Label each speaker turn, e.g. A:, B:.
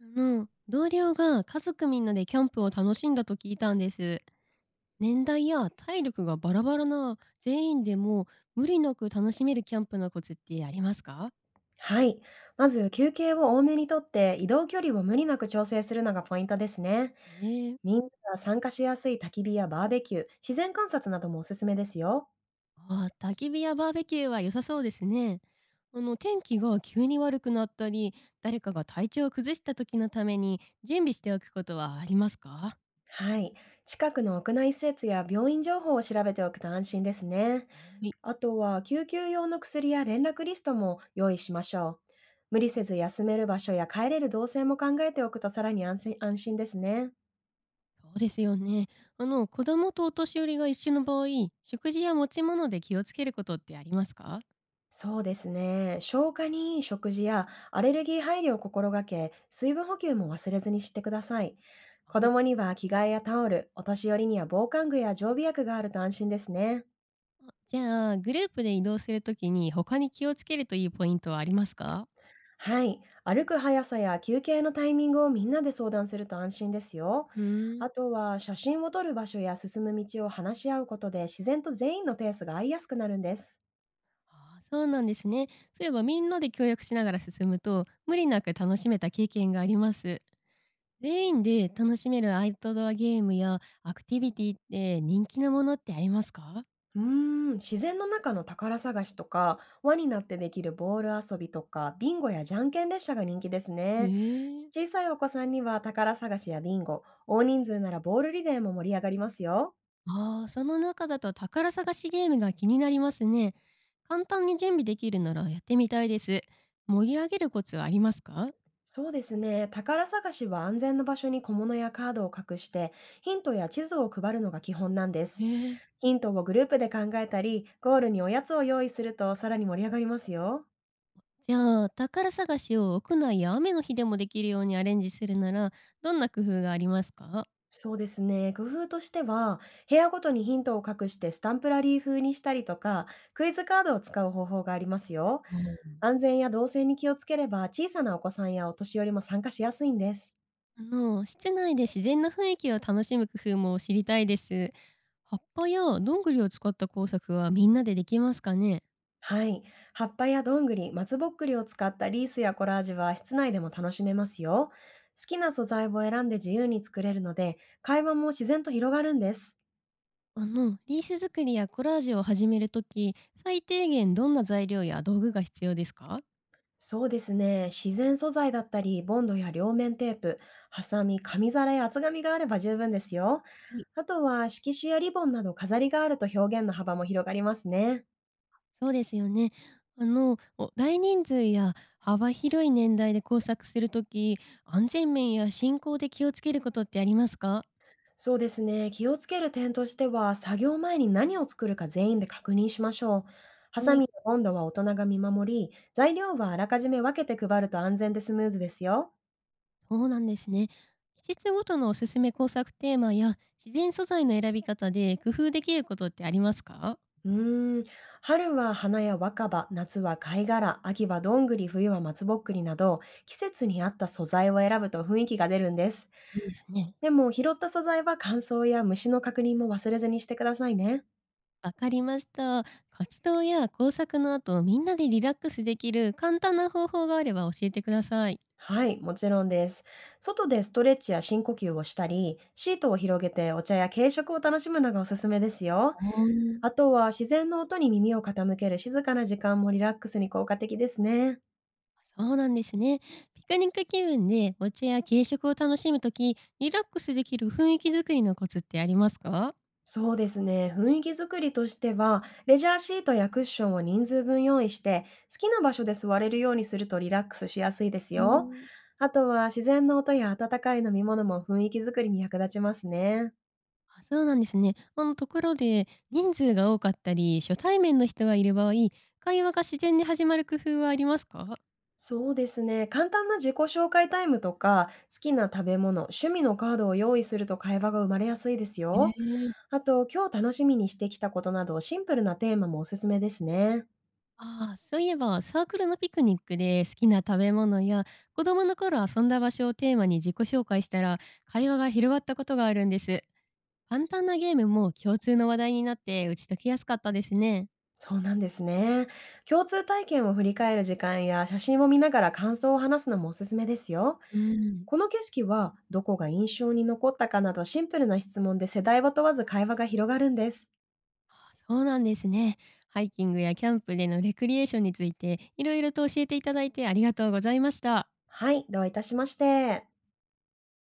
A: 同僚が家族みんなでキャンプを楽しんだと聞いたんです。年代や体力がバラバラな全員でも無理なく楽しめるキャンプのコツってありますか？
B: はい。まず休憩を多めにとって、移動距離を無理なく調整するのがポイントですね。
A: ええ。
B: みんなが参加しやすい焚き火やバーベキュー、自然観察などもおすすめですよ。
A: ああ、焚き火やバーベキューは良さそうですね。天気が急に悪くなったり、誰かが体調を崩した時のために準備しておくことはありますか？は
B: はい。近くの屋内施設や病院情報を調べておくと安心ですね。
A: い。
B: あとは救急用の薬や連絡リストも用意しましょう。無理
A: は
B: せ
A: い。
B: ず休める場所や帰れる動線も考えておくと、さらに安心ですね。
A: そうですよね。子供とお年寄りが一緒の場合、食事や持ち物で気をつけることってありますか？
B: そうですね。消化にいい食事やアレルギー配慮を心がけ、水分補給も忘れずにしてください。
A: は
B: 子
A: い。
B: 供には着替えやタオル、お年寄りには防寒具や常備薬があると安心ですね。
A: あ、じゃあ、グループで移動するときに他に気をつけるといいポイントはありますか？
B: はい。歩く速さや休憩のタイミングをみんなで相談すると安心ですよ。
A: うー
B: あ
A: ん。
B: とは写真を撮る場所や進む道を話し合うことで、自然と全員のペースが合いやすくなるんです。
A: ああ、そうなんですね。そういえばみんなで協力しながら進むと、無理なく楽しめた経験があります。全員で楽しめるアウトドアゲームやアクティビティって人気のものってありますか？
B: うー自然の中の宝探しとか、輪になってできるボール遊びとか、ビンゴやじゃんけん列車が人気です
A: え
B: ね。
A: ー。
B: 小さいお子さんには宝探しやビンゴ、大人数ならボールリレーも盛り上がりますよ。
A: ああ、その中だと宝探しゲームが気になりますね。簡単に準備できるならやってみたいです。盛り上げるコツはありますか？
B: そうですね、宝探しは安全な場所に小物やカードを隠して、ヒントや地図を配るのが基本なんです。
A: へえ。
B: ヒントをグループで考えたり、ゴールにおやつを用意すると、さらに盛り上がりますよ。
A: じゃあ、宝探しを屋内や雨の日でもできるようにアレンジするなら、どんな工夫がありますか？
B: そうですね。工夫としては、部屋ごとにヒントを隠してスタンプラリー風にしたりとか、クイズカードを使う方法がありますよ。
A: うん。
B: 安全や動線に気をつければ、小さなお子さんやお年寄りも参加しやすいんです。
A: 室内で自然な雰囲気を楽しむ工夫も知りたいです。葉っぱやどんぐりを使った工作はみんなでできますかね？
B: はい。葉っぱやどんぐり、松ぼっくりを使ったリースやコラージュは室内でも楽しめますよ。好きな素材を選んで自由に作れるので、会話も自然と広がるんです。
A: リース作りやコラージュを始めるとき、最低限どんな材料や道具が必要ですか？
B: そうですね。自然素材だったり、ボンドや両面テープ、ハサミ、紙皿や厚紙があれば十分ですよ。あとは色紙やリボンなど飾りがあると、表現の幅も広がりますね。
A: そうですよね。お大人数や幅広い年代で工作するとき、安全面や進行で気をつけることってありますか？
B: そうですね。気をつける点としては、作業前に何を作るか全員で確認しましょう。ハ
A: は
B: サミ
A: い。
B: やボンドは大人が見守り、材料はあらかじめ分けて配ると安全でスムーズですよ。
A: そうなんですね。季節ごとのおすすめ工作テーマや自然素材の選び方で工夫できることってありますか？
B: うーん、春は花や若葉、夏は貝殻、秋はどんぐり、冬は松ぼっくりなど、季節に合った素材を選ぶと雰囲気が出るんです。
A: いいですね。
B: でも、拾った素材は乾燥や虫の確認も忘れずにしてくださいね。
A: わかりました。活動や工作の後、みんなでリラックスできる簡単な方法があれば教えてください。
B: はい、もちろんです。外でストレッチや深呼吸をしたり、シートを広げてお茶や軽食を楽しむのがおすすめですよ。あとは自然の音に耳を傾ける静かな時間もリラックスに効果的ですね。
A: そうなんですね。ピクニック気分でお茶や軽食を楽しむとき、リラックスできる雰囲気作りのコツってありますか？
B: そうですね。雰囲気作りとしては、レジャーシートやクッションを人数分用意して、好きな場所で座れるようにするとリラックスしやすいです
A: う
B: よ。
A: ん。
B: あとは自然の音や温かい飲み物も雰囲気作りに役立ちますね。
A: あ、そうなんですね。ところで人数が多かったり初対面の人がいる場合、会話が自然に始まる工夫はありますか？
B: そうですね。簡単な自己紹介タイムとか、好きな食べ物、趣味のカードを用意すると会話が生まれやすいです
A: え
B: よ。
A: え、
B: あと、今日楽しみにしてきたことなど、シンプルなテーマもおすすめですね。
A: ああ、そういえばサークルのピクニックで好きな食べ物や子供の頃遊んだ場所をテーマに自己紹介したら会話が広がったことがあるんです。簡単なゲームも共通の話題になって打ち解きやすかったですね。
B: そうなんですね。共通体験を振り返る時間や写真を見ながら感想を話すのもおすすめですよ。
A: うん。
B: この景色はどこが印象に残ったかなど、シンプルな質問で世代を問わず会話が広がるんです。
A: あ、そうなんですね。ハイキングやキャンプでのレクリエーションについていろいろと教えていただいてありがとうございました。
B: はい、どういたしまして。